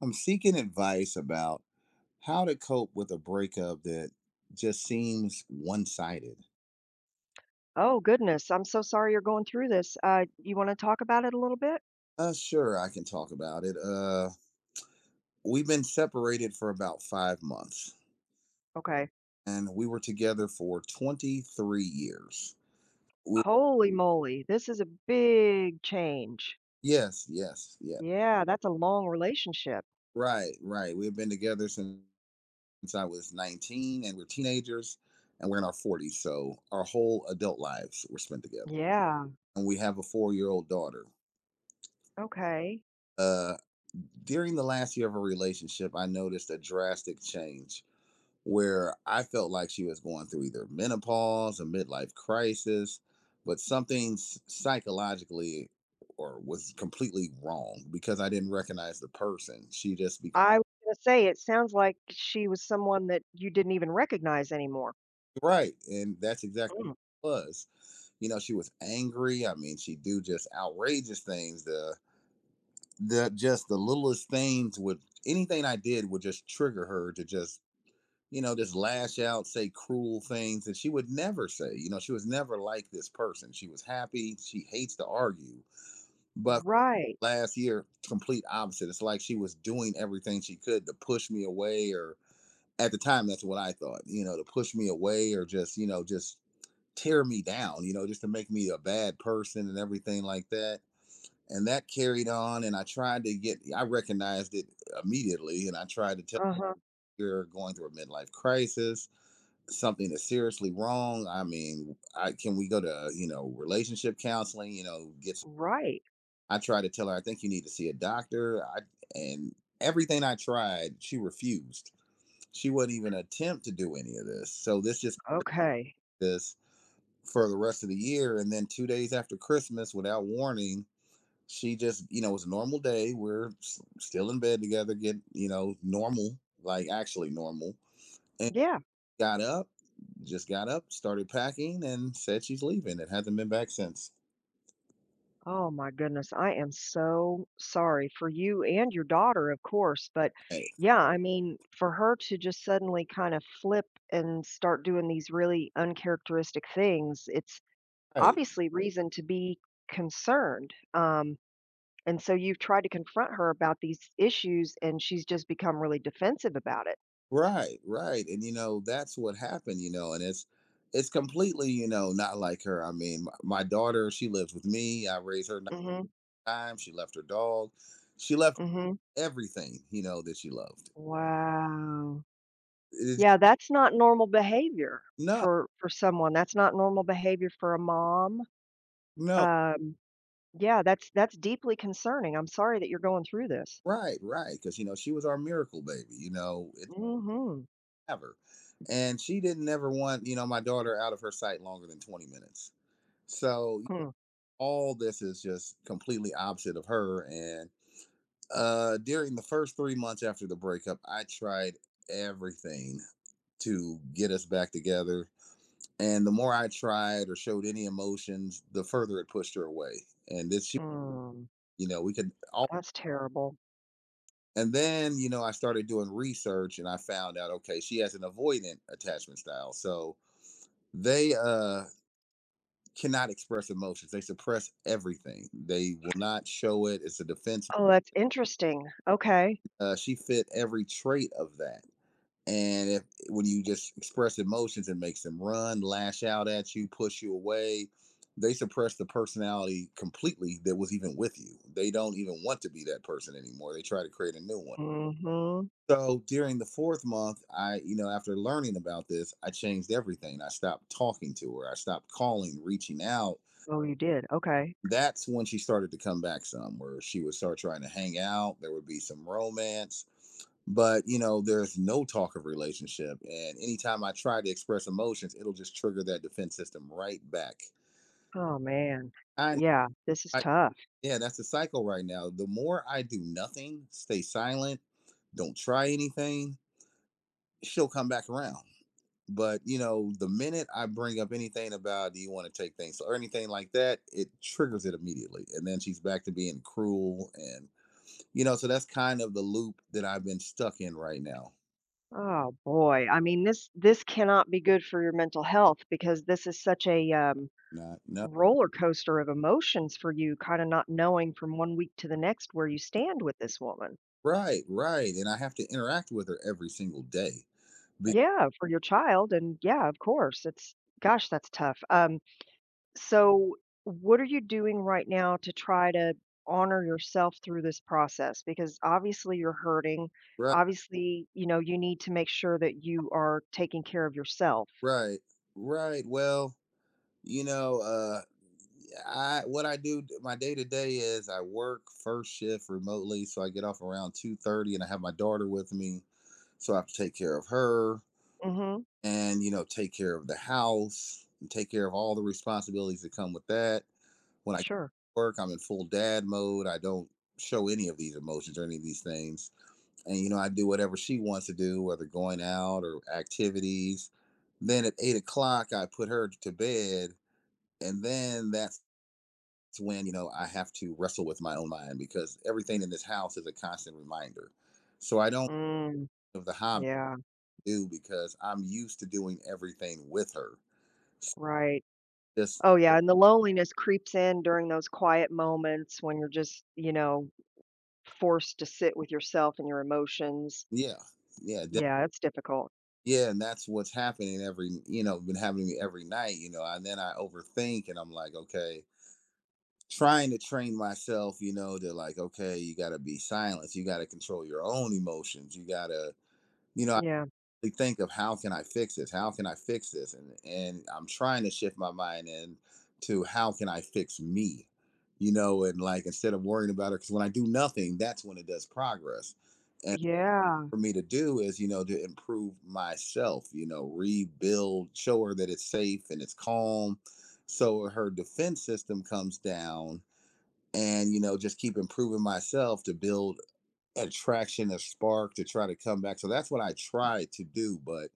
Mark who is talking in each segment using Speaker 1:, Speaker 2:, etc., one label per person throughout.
Speaker 1: I'm seeking advice about how to cope with a breakup that just seems one-sided.
Speaker 2: Oh, goodness. I'm so sorry you're going through this. You wanna talk about it a little bit?
Speaker 1: Sure, I can talk about it. We've been separated for about 5 months,
Speaker 2: Okay.
Speaker 1: and we were together for 23 years. We,
Speaker 2: Holy moly. This is a big change.
Speaker 1: yes, yes, yes.
Speaker 2: Yeah, that's a long relationship.
Speaker 1: Right, right. We've been together since I was 19, and we're teenagers, and we're in our 40s. So our whole adult lives were spent together,
Speaker 2: Yeah.
Speaker 1: and we have a 4-year-old daughter.
Speaker 2: Okay.
Speaker 1: uh During the last year of a relationship, I noticed a drastic change where I felt like she was going through either menopause, a midlife crisis, but something psychologically or was completely wrong because I didn't recognize the person she just be.
Speaker 2: I was gonna say, it sounds like she was someone that you didn't even recognize anymore.
Speaker 1: Right, and that's exactly
Speaker 2: Mm.
Speaker 1: what it was. You know, she was angry. I mean, she do just outrageous things. The just the littlest things would, anything I did would just trigger her to just, you know, just lash out, say cruel things. And she would never say, you know, she was never like this person. She was happy. She hates to argue. But
Speaker 2: Right.
Speaker 1: last year, complete opposite. It's like she was doing everything she could to push me away, or at the time, that's what I thought, you know, to push me away or just, you know, just tear me down, you know, just to make me a bad person and everything like that. And that carried on. And I tried to get, I recognized it immediately. And I tried to tell
Speaker 2: Uh-huh.
Speaker 1: her, you're going through a midlife crisis, something is seriously wrong. I mean, I can, we go to, you know, relationship counseling, you know, get,
Speaker 2: Right.
Speaker 1: I tried to tell her, I think you need to see a doctor. I and everything I tried, she refused. She wouldn't even attempt to do any of this. So this just
Speaker 2: Okay.
Speaker 1: this for the rest of the year, and then 2 days after Christmas, without warning, she just, you know, it was a normal day. We're still in bed together, get, you know, normal, like actually normal,
Speaker 2: Yeah.
Speaker 1: got up, started packing, and said she's leaving. It hasn't been back since.
Speaker 2: Oh my goodness. I am so sorry for you and your daughter, of course. But
Speaker 1: Right,
Speaker 2: yeah, I mean, for her to just suddenly kind of flip and start doing these really uncharacteristic things, it's
Speaker 1: right,
Speaker 2: obviously reason to be concerned. And so you've tried to confront her about these issues, and she's just become really defensive about it.
Speaker 1: right, right. And you know that's what happened. You know, and it's completely, you know, not like her. I mean, my daughter, she lives with me. I raised her nine
Speaker 2: Hmm.
Speaker 1: times. She left her dog. She left
Speaker 2: Hmm.
Speaker 1: everything, you know, that she loved.
Speaker 2: Wow.
Speaker 1: It's,
Speaker 2: Yeah, that's not normal behavior
Speaker 1: no,
Speaker 2: for someone. That's not normal behavior for a mom.
Speaker 1: no.
Speaker 2: Um, Yeah, that's deeply concerning. I'm sorry that you're going through this.
Speaker 1: Right, right. Because you know she was our miracle baby. You know, it
Speaker 2: Mhm.
Speaker 1: never. And she didn't ever want, you know, my daughter out of her sight longer than 20 minutes. So,
Speaker 2: Hmm.
Speaker 1: all this is just completely opposite of her. And during the first 3 months after the breakup, I tried everything to get us back together. And the more I tried or showed any emotions, the further it pushed her away. And this, she,
Speaker 2: Mm.
Speaker 1: you know, we could all.
Speaker 2: That's terrible.
Speaker 1: And then, you know, I started doing research and I found out, okay, she has an avoidant attachment style. So they cannot express emotions, they suppress everything, they will not show it. It's a defense.
Speaker 2: Oh, that's interesting. Okay.
Speaker 1: She fit every trait of that. And if when you just express emotions, it makes them run, lash out at you, push you away. They suppress the personality completely that was even with you. They don't even want to be that person anymore. They try to create a new one.
Speaker 2: Mm. Mhm.
Speaker 1: So during the fourth month, I, you know, after learning about this, I changed everything. I stopped talking to her. I stopped calling, reaching out.
Speaker 2: Oh, you did. Okay.
Speaker 1: That's when she started to come back some, where she would start trying to hang out. There would be some romance, but you know there's no talk of relationship, and anytime I try to express emotions it'll just trigger that defense system right back.
Speaker 2: Oh, man.
Speaker 1: i,
Speaker 2: Yeah, this is
Speaker 1: I
Speaker 2: tough.
Speaker 1: yeah, that's the cycle right now. The more I do nothing, stay silent, don't try anything, she'll come back around. But you know the minute I bring up anything about, do you want to take things or anything like that, it triggers it immediately and then she's back to being cruel, and you know so that's kind of the loop that I've been stuck in right now.
Speaker 2: Oh, boy. I mean, this cannot be good for your mental health, because this is such a,
Speaker 1: Not, no.
Speaker 2: roller coaster of emotions for you, kind of not knowing from one week to the next where you stand with this woman.
Speaker 1: Right, right. And I have to interact with her every single day. Be-
Speaker 2: Yeah, for your child and yeah, of course. It's gosh, that's tough. So what are you doing right now to try to honor yourself through this process? Because obviously you're hurting.
Speaker 1: right,
Speaker 2: Obviously, you know, you need to make sure that you are taking care of yourself.
Speaker 1: right, right. Well, you know, I, what I do, my day to day is I work first shift remotely so I get off around 2:30 and I have my daughter with me. So I have to take care of her,
Speaker 2: Mm-hmm.
Speaker 1: and you know take care of the house and take care of all the responsibilities that come with that. When I
Speaker 2: Sure.
Speaker 1: work, I'm in full dad mode. I don't show any of these emotions or any of these things. And you know, I do whatever she wants to do, whether going out or activities. Then at 8 o'clock, I put her to bed, and then that's when you know I have to wrestle with my own mind because everything in this house is a constant reminder. So I don't
Speaker 2: Mm,
Speaker 1: have the hobby
Speaker 2: yeah,
Speaker 1: to do because I'm used to doing everything with her.
Speaker 2: right.
Speaker 1: Just
Speaker 2: Oh yeah, and the loneliness creeps in during those quiet moments when you're just, you know, forced to sit with yourself and your emotions.
Speaker 1: Yeah, yeah, definitely.
Speaker 2: Yeah, it's difficult.
Speaker 1: Yeah, and that's what's happening every, you know, been happening to me every night, you know. And then I overthink and I'm like, okay, trying to train myself, you know, to like, okay, you got to be silent. You got to control your own emotions. You got to, you know, I
Speaker 2: Yeah.
Speaker 1: really think of how can I fix this? How can I fix this? And I'm trying to shift my mind in to how can I fix me? You know, and like instead of worrying about it cuz when I do nothing, that's when it does progress.
Speaker 2: Yeah.
Speaker 1: For me to do is, you know, to improve myself, you know, rebuild, show her that it's safe and it's calm. So her defense system comes down and, you know, just keep improving myself to build attraction, a spark to try to come back. So that's what I try to do. But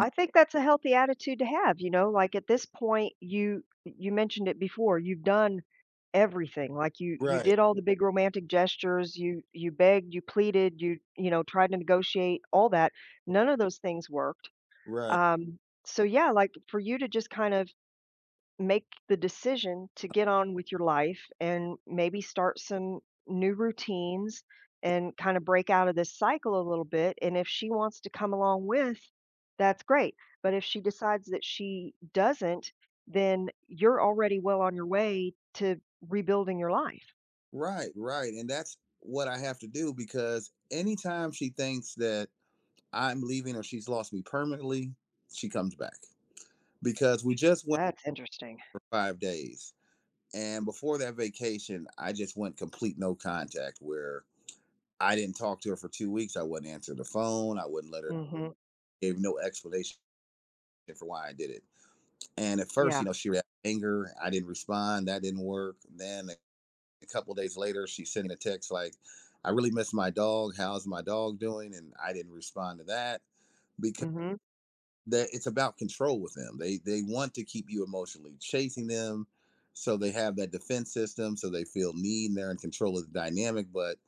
Speaker 2: I think that's a healthy attitude to have. You know, like at this point, you mentioned it before, you've done everything. Like you
Speaker 1: right,
Speaker 2: did all the big romantic gestures, you begged, you pleaded, you know, tried to negotiate, all that. None of those things worked.
Speaker 1: right,
Speaker 2: Um so yeah, like for you to just kind of make the decision to get on with your life and maybe start some new routines and kind of break out of this cycle a little bit. And if she wants to come along with, that's great. But if she decides that she doesn't, then you're already well on your way to rebuilding your life.
Speaker 1: right, right. And that's what I have to do because anytime she thinks that I'm leaving or she's lost me permanently, she comes back. Because we just went
Speaker 2: That's interesting.
Speaker 1: for 5 days. And before that vacation, I just went complete no contact where I didn't talk to her for 2 weeks. I wouldn't answer the phone. I wouldn't let her,
Speaker 2: Mhm.
Speaker 1: gave no explanation for why I did it. And at first,
Speaker 2: Yeah.
Speaker 1: you know, she reacted with anger. I didn't respond. That didn't work. Then a couple of days later, she sent me a text like, I really miss my dog. How's my dog doing? And I didn't respond to that because
Speaker 2: Mhm.
Speaker 1: that it's about control with them. They want to keep you emotionally chasing them, so they have that defense system, so they feel need and they're in control of the dynamic. But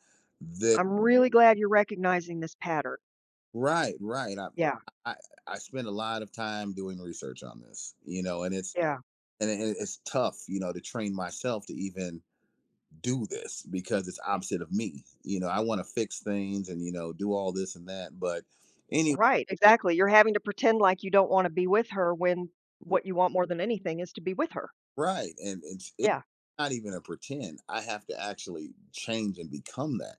Speaker 1: the
Speaker 2: I'm really glad you're recognizing this pattern.
Speaker 1: Right, right.
Speaker 2: Yeah.
Speaker 1: I, I spend a lot of time doing research on this, you know, and it's
Speaker 2: Yeah.
Speaker 1: and it- it's tough, you know, to train myself to even do this because it's opposite of me. You know, I want to fix things and you know do all this and that, but anyway.
Speaker 2: Right, exactly. You're having to pretend like you don't wanna be with her when what you want more than anything is to be with her.
Speaker 1: Right. And it's
Speaker 2: Yeah.
Speaker 1: not even a pretend. I have to actually change and become that.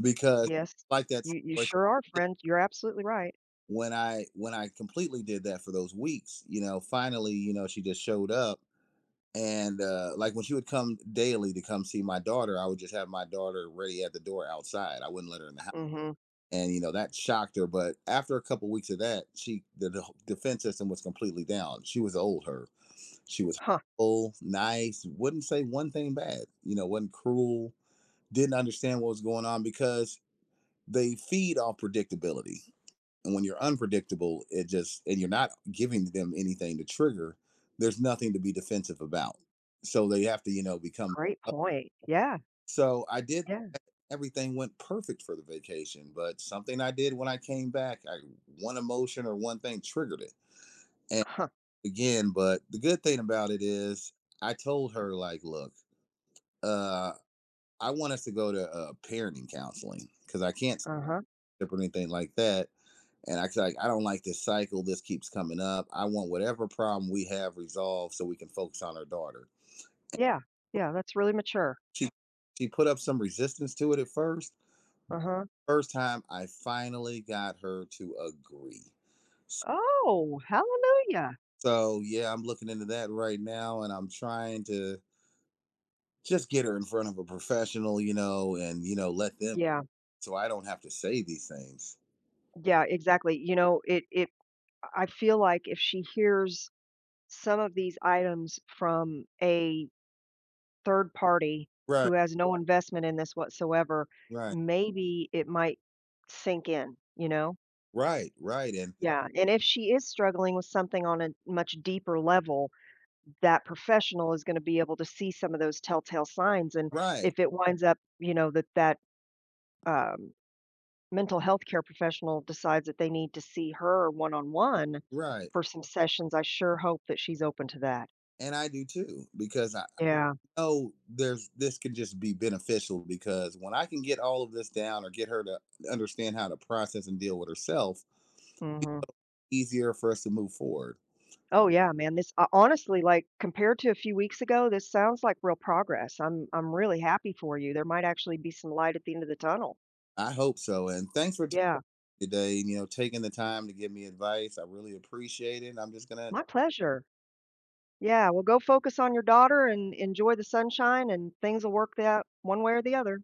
Speaker 1: Because
Speaker 2: Yes.
Speaker 1: like that
Speaker 2: You
Speaker 1: situation,
Speaker 2: sure are, friend. You're absolutely right.
Speaker 1: when I completely did that for those weeks, you know, finally, you know, she just showed up. And like when she would come daily to come see my daughter, I would just have my daughter ready at the door outside. I wouldn't let her in the,
Speaker 2: Mhm.
Speaker 1: and you know that shocked her. But after a couple weeks of that, the defense system was completely down. She was old her. She was
Speaker 2: Huh.
Speaker 1: full, nice, wouldn't say one thing bad. You know, wasn't cruel. Didn't understand what was going on because they feed off predictability. And when you're unpredictable, it just, and you're not giving them anything to trigger. There's nothing to be defensive about. So they have to, you know, become.
Speaker 2: Great point. Yeah.
Speaker 1: So I did
Speaker 2: Yeah.
Speaker 1: everything went perfect for the vacation, but something I did when I came back, I, one emotion or one thing triggered it. And
Speaker 2: Huh.
Speaker 1: again, but the good thing about it is I told her like, look, uh I want us to go to parenting counseling cuz I can't
Speaker 2: Uh-huh.
Speaker 1: skip or anything like that. And I was like, I don't like this cycle. This keeps coming up. I want whatever problem we have resolved so we can focus on our daughter.
Speaker 2: Yeah. Yeah, that's really mature.
Speaker 1: She she put up some resistance to it at first,
Speaker 2: Uh-huh.
Speaker 1: first time I finally got her to agree.
Speaker 2: Oh, hallelujah.
Speaker 1: So yeah, I'm looking into that right now and I'm trying to just get her in front of a professional, you know, and you know, let them,
Speaker 2: Yeah.
Speaker 1: so I don't have to say these things.
Speaker 2: Yeah, exactly. You know, it I feel like if she hears some of these items from a third party
Speaker 1: Right,
Speaker 2: who has no investment in this whatsoever,
Speaker 1: right,
Speaker 2: maybe it might sink in, you know?
Speaker 1: right, right, and
Speaker 2: Yeah, and if she is struggling with something on a much deeper level, that professional is gonna be able to see some of those telltale signs, and
Speaker 1: right,
Speaker 2: if it winds up, you know, that, um, mental health care professional decides that they need to see her one on one
Speaker 1: right.
Speaker 2: for some sessions, I sure hope that she's open to that.
Speaker 1: And I do too, because I
Speaker 2: Yeah,
Speaker 1: I know there's this can just be beneficial because when I can get all of this down or get her to understand how to process and deal with herself,
Speaker 2: mhm.
Speaker 1: easier for us to move forward.
Speaker 2: Oh, yeah, man, this ho honestly, like, compared to a few weeks ago, this sounds like real progress. I'm really happy for you. There might actually be some light at the end of the tunnel.
Speaker 1: I hope so. And thanks for talking
Speaker 2: Yeah,
Speaker 1: today and, you know, taking the time to give me advice. I really appreciate it. I'm just going to
Speaker 2: my pleasure. Yeah, well, go focus on your daughter and enjoy the sunshine, and things will work out one way or the other.